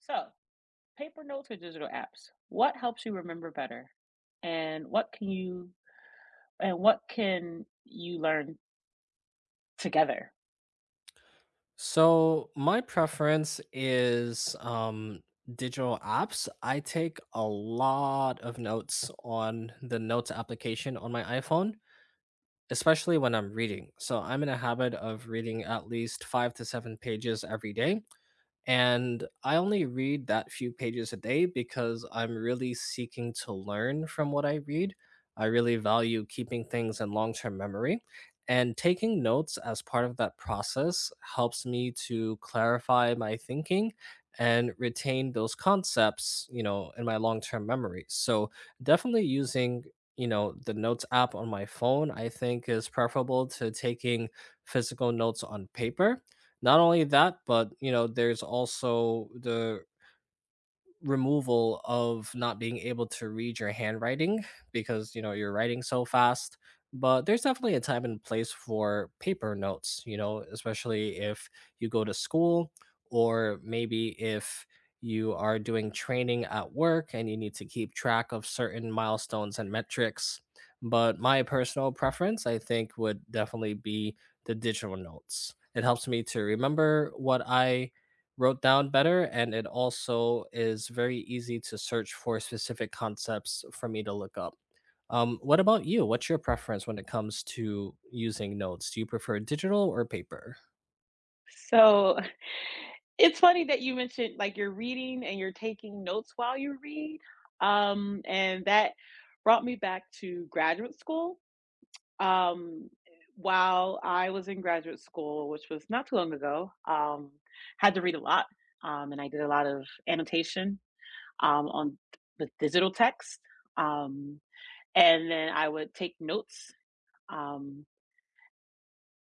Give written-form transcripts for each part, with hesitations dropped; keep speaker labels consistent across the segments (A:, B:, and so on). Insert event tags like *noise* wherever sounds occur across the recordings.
A: So, paper notes or digital apps, what helps you remember better? And what can you learn together?
B: So my preference is digital apps. I take a lot of notes on the notes application on my iPhone, especially when I'm reading. So I'm in a habit of reading at least 5 to 7 pages every day. And I only read that few pages a day because I'm really seeking to learn from what I read. I really value keeping things in long term memory. And taking notes as part of that process helps me to clarify my thinking and retain those concepts, you know, in my long term memory. So definitely using, you know, the notes app on my phone, I think is preferable to taking physical notes on paper, not only that, but, you know, there's also the removal of not being able to read your handwriting because, you know, you're writing so fast. But there's definitely a time and place for paper notes, you know, especially if you go to school, or maybe if you are doing training at work and you need to keep track of certain milestones and metrics. But my personal preference, I think, would definitely be the digital notes. It helps me to remember what I wrote down better, and it also is very easy to search for specific concepts for me to look up. What about you? What's your preference when it comes to using notes? Do you prefer digital or paper?
A: So, *laughs* it's funny that you mentioned like you're reading and you're taking notes while you read. And that brought me back to graduate school. Um, while I was in graduate school, which was not too long ago, had to read a lot. And I did a lot of annotation on with digital text. Um, and then I would take notes. Um,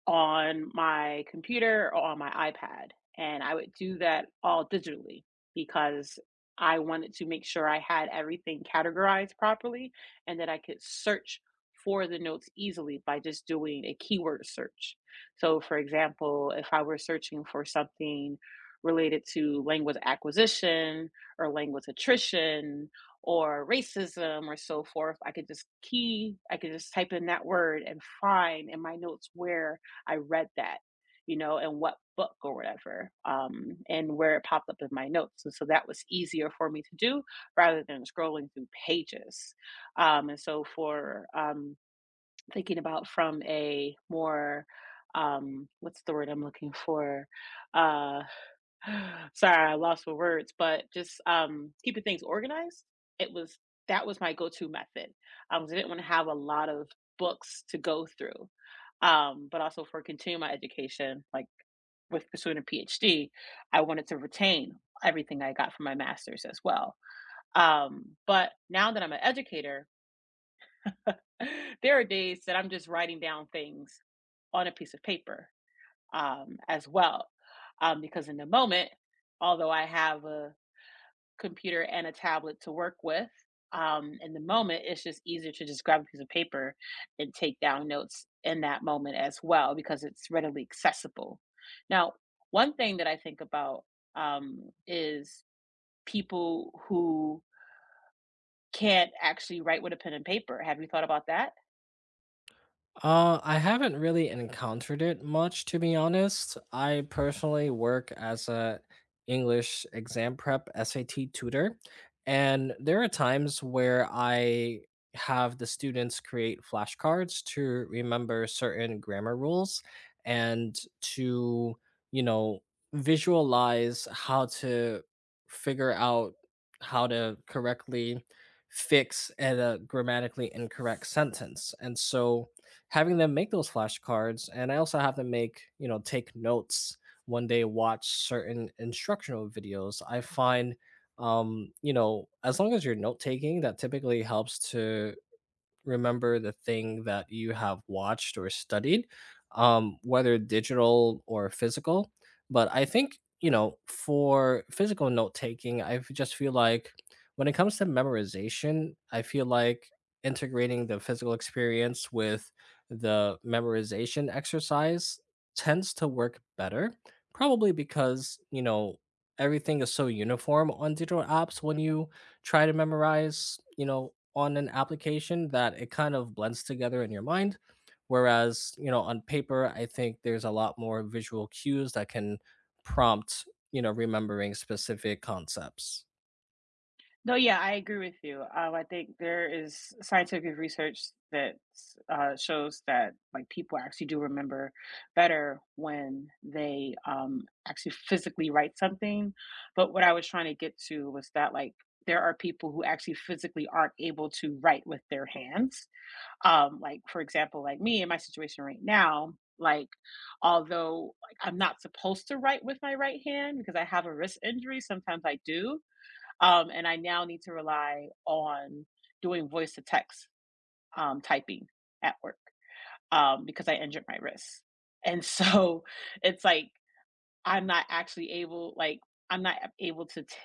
A: on my computer or on my iPad, and I would do that all digitally because I wanted to make sure I had everything categorized properly and that I could search for the notes easily by just doing a keyword search. So, for example, if I were searching for something related to language acquisition or language attrition or racism or so forth, I could just type in that word and find in my notes where I read that, and what book or whatever, and where it popped up in my notes. And so that was easier for me to do rather than scrolling through pages. And so for Thinking about from a more, what's the word I'm looking for? Uh, *sighs* Sorry, I lost for words, but just keeping things organized. It was that was my go-to method. 'Cause I didn't want to have a lot of books to go through, but also for continuing my education, like with pursuing a PhD, I wanted to retain everything I got from my master's as well. But now that I'm an educator, *sighs* *laughs* there are days that I'm just writing down things on a piece of paper as well, because in the moment, although I have a computer and a tablet to work with. In the moment, it's just easier to just grab a piece of paper and take down notes in that moment as well because it's readily accessible. Now, one thing that I think about is people who can't actually write with a pen and paper. Have you thought about that?
B: I haven't really encountered it much, to be honest. I personally work as a English exam prep SAT tutor, and there are times where I have the students create flashcards to remember certain grammar rules and to, you know, visualize how to figure out how to correctly fix a grammatically incorrect sentence. And so having them make those flashcards, and I also have them make, you know, take notes when they watch certain instructional videos, I find, you know, as long as you're note taking, that typically helps to remember the thing that you have watched or studied, whether digital or physical. But I think, you know, for physical note taking, just feel like when it comes to memorization, I feel like integrating the physical experience with the memorization exercise tends to work better, probably because, you know, everything is so uniform on digital apps when you try to memorize, you know, on an application that it kind of blends together in your mind. Whereas, you know, on paper, I think there's a lot more visual cues that can prompt, you know, remembering specific concepts.
A: No, yeah, I agree with you. I think there is scientific research that shows that like people actually do remember better when they actually physically write something. But what I was trying to get to was that like there are people who actually physically aren't able to write with their hands. Like for example, like me in my situation right now. Like, although like, I'm not supposed to write with my right hand because I have a wrist injury, sometimes I do and I now need to rely on doing voice to text, typing at work because I injured my wrist. And so *laughs* it's like I'm not actually able, like, I'm not able to t-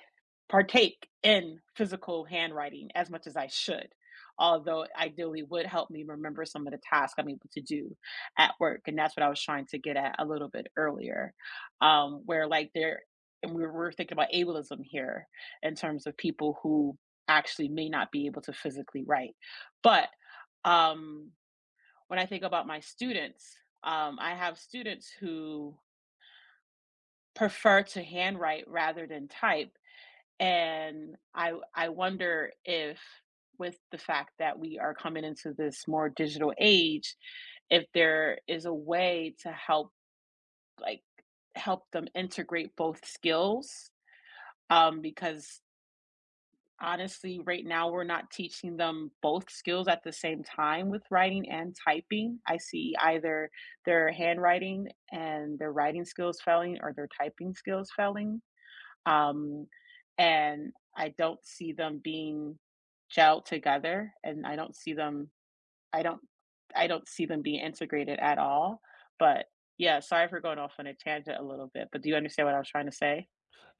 A: partake in physical handwriting as much as I should, although it ideally would help me remember some of the tasks I'm able to do at work. And that's what I was trying to get at a little bit earlier, um, where like there, and we were thinking about ableism here in terms of people who actually may not be able to physically write. But um, when I think about my students, I have students who prefer to handwrite rather than type. And I wonder if with the fact that we are coming into this more digital age, if there is a way to help like help them integrate both skills. Because honestly, right now we're not teaching them both skills at the same time with writing and typing. I see either their handwriting and their writing skills failing or their typing skills failing um, and I don't see them being gelled together, and I don't see them. I don't. I don't see them being integrated at all. But yeah, sorry for going off on a tangent a little bit. But do you understand what I was trying to say?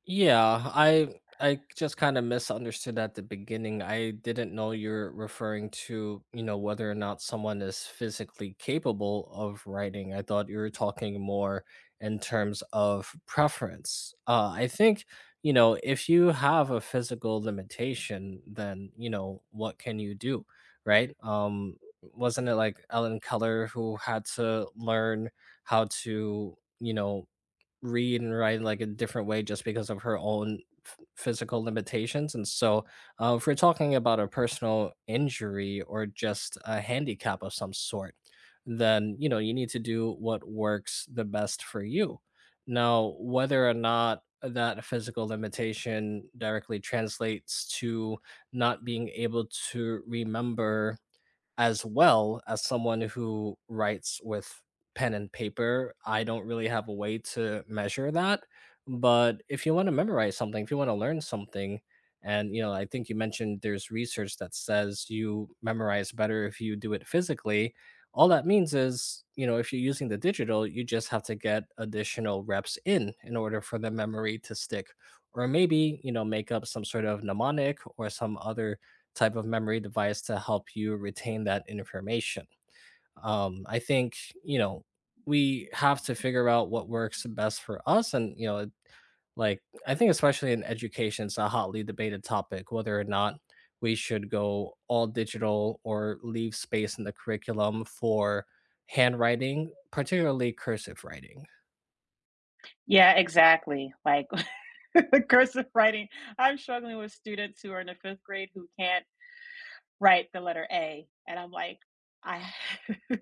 B: Yeah, I just kind of misunderstood at the beginning. I didn't know you're referring to, you know, whether or not someone is physically capable of writing. I thought you were talking more in terms of preference. I think, you know, if you have a physical limitation, then, you know, what can you do, right? Wasn't it like Ellen Keller who had to learn how to, you know, read and write like a different way just because of her own physical limitations. And so, if we're talking about a personal injury or just a handicap of some sort, then you know you need to do what works the best for you. Now, whether or not that physical limitation directly translates to not being able to remember as well as someone who writes with pen and paper, I don't really have a way to measure that. But if you want to memorize something, if you want to learn something, and you know, I think you mentioned there's research that says you memorize better if you do it physically. All that means is, you know, if you're using the digital, you just have to get additional reps in order for the memory to stick. Or maybe, you know, make up some sort of mnemonic or some other type of memory device to help you retain that information. I think, you know, we have to figure out what works best for us. And, you know, it like, I think especially in education, it's a hotly debated topic whether or not we should go all digital or leave space in the curriculum for handwriting, particularly cursive writing.
A: Yeah, exactly. Like *laughs* the cursive writing. I'm struggling with students who are in the fifth grade who can't write the letter A. And I'm like, I *laughs*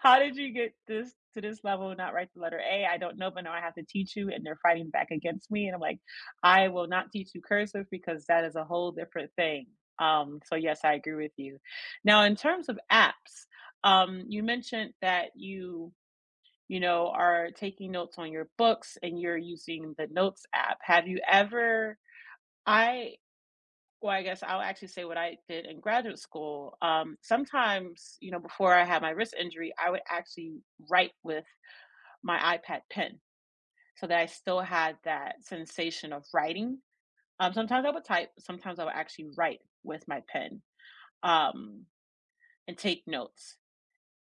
A: how did you get this to this level and not write the letter A? I don't know, but now I have to teach you. And they're fighting back against me. And I'm like, I will not teach you cursive because that is a whole different thing. So yes, I agree with you. Now, in terms of apps, you mentioned that you are taking notes on your books and you're using the notes app. Have you ever I well, I guess I'll actually say what I did in graduate school. Sometimes, you know, before I had my wrist injury, I would actually write with my iPad pen so that I still had that sensation of writing. Sometimes I would type, sometimes I would actually write with my pen um, and take notes.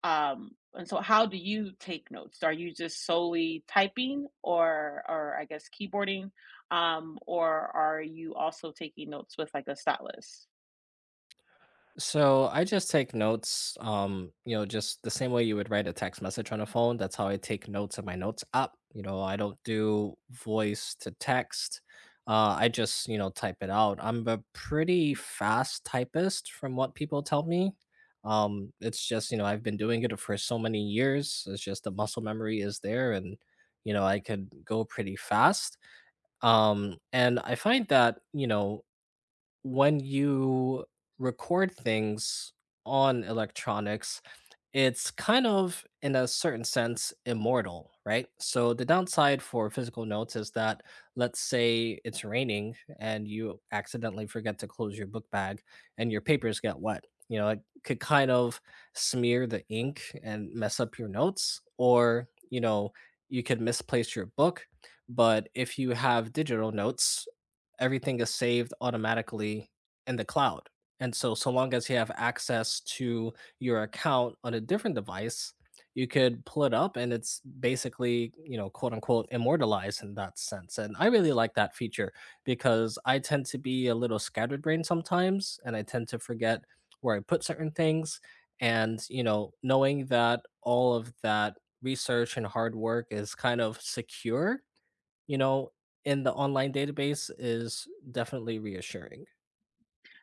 A: And so how do you take notes? Are you just solely typing or I guess keyboarding? Or are you also taking notes with like a stylus?
B: So I just take notes, you know, just the same way you would write a text message on a phone. That's how I take notes in my notes app. You know, I don't do voice to text. I just, you know, type it out. I'm a pretty fast typist from what people tell me. It's just, you know, I've been doing it for so many years. It's just the muscle memory is there, and, you know, I could go pretty fast. And I find that, you know, when you record things on electronics, it's kind of, in a certain sense, immortal, right? So the downside for physical notes is that, let's say it's raining and you accidentally forget to close your book bag and your papers get wet. You know, it could kind of smear the ink and mess up your notes, or, you know, you could misplace your book. But if you have digital notes, everything is saved automatically in the cloud. And so, so long as you have access to your account on a different device, you could pull it up and it's basically, you know, quote unquote, immortalized in that sense. And I really like that feature because I tend to be a little scattered brain sometimes and I tend to forget where I put certain things. And, you know, knowing that all of that research and hard work is kind of secure, you know, in the online database is definitely reassuring.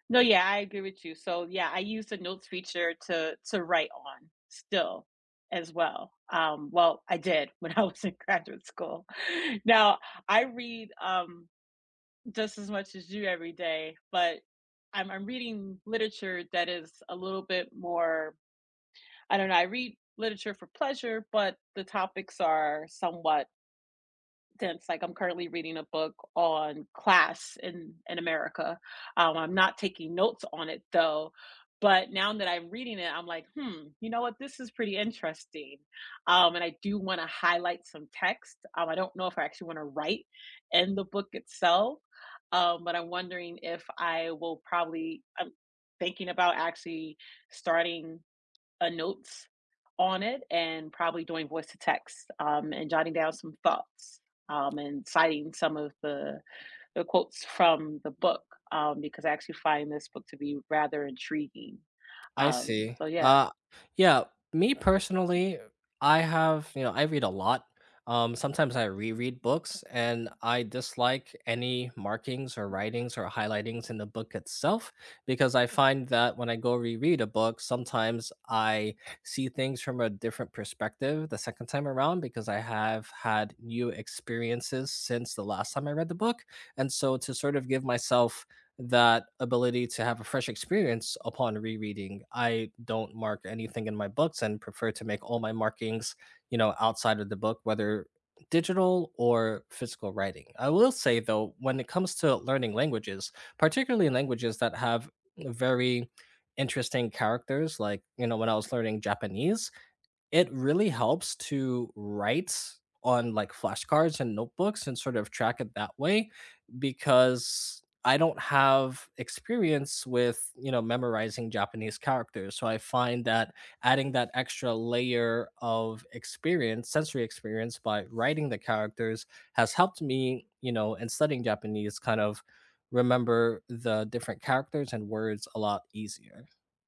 A: No, yeah, I agree with you. So yeah, I use the notes feature to write on still as well. Well, I did *laughs* when I was in graduate school. *laughs* Now I read just as much as you every day, but I'm reading literature that is a little bit more I don't know, I read literature for pleasure, but the topics are somewhat dense. Like, I'm currently reading a book on class in America. I'm not taking notes on it though, but now that I'm reading it, I'm like, "Hmm, you know what? This is pretty interesting." And I do wanna highlight some text. I don't know if I actually wanna write in the book itself, but I'm wondering if I will probably I'm thinking about actually starting a notes on it and probably doing voice to text, and jotting down some thoughts and citing some of the quotes from the book, because I actually find this book to be rather intriguing.
B: I see.
A: Yeah.
B: Yeah, me personally, I have, you know, I read a lot. Sometimes I reread books and I dislike any markings or writings or highlightings in the book itself because I find that when I go reread a book, sometimes I see things from a different perspective the second time around because I have had new experiences since the last time I read the book. And so to sort of give myself that ability to have a fresh experience upon rereading, I don't mark anything in my books and prefer to make all my markings, you know, outside of the book, whether digital or physical writing. I will say though, when it comes to learning languages, particularly languages that have very interesting characters, like, you know, when I was learning Japanese, it really helps to write on like flashcards and notebooks and sort of track it that way because I don't have experience with, you know, memorizing Japanese characters. So I find that adding that extra layer of experience, sensory experience by writing the characters has helped me, you know, in studying Japanese kind of remember the different characters and words a lot easier.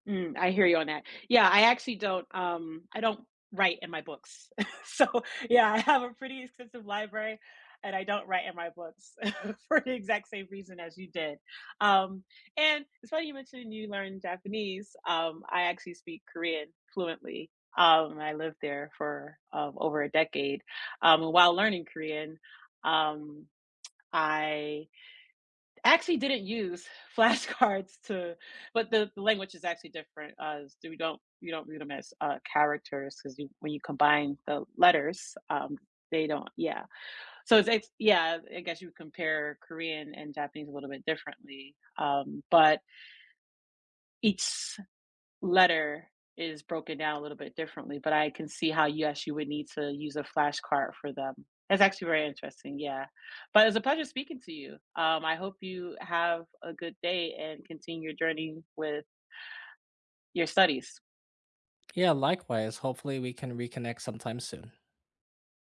A: Mm, I hear you on that. Yeah, I actually don't, I don't write in my books. *laughs* So, yeah, I have a pretty extensive library and I don't write in my books *laughs* for the exact same reason as you did. Um, and it's funny you mentioned you learned Japanese. I actually speak Korean fluently. I lived there for over a decade. And while learning Korean, um, I actually didn't use *laughs* flashcards to but the language is actually different so we don't you don't read them as characters because you when you combine the letters they don't yeah so it's yeah I guess you would compare Korean and Japanese a little bit differently but each letter is broken down a little bit differently, but I can see how, yes, you would need to use a flashcard for them. That's actually very interesting, yeah. But it's a pleasure speaking to you. I hope you have a good day and continue your journey with your studies.
B: Yeah, likewise. Hopefully we can reconnect sometime soon.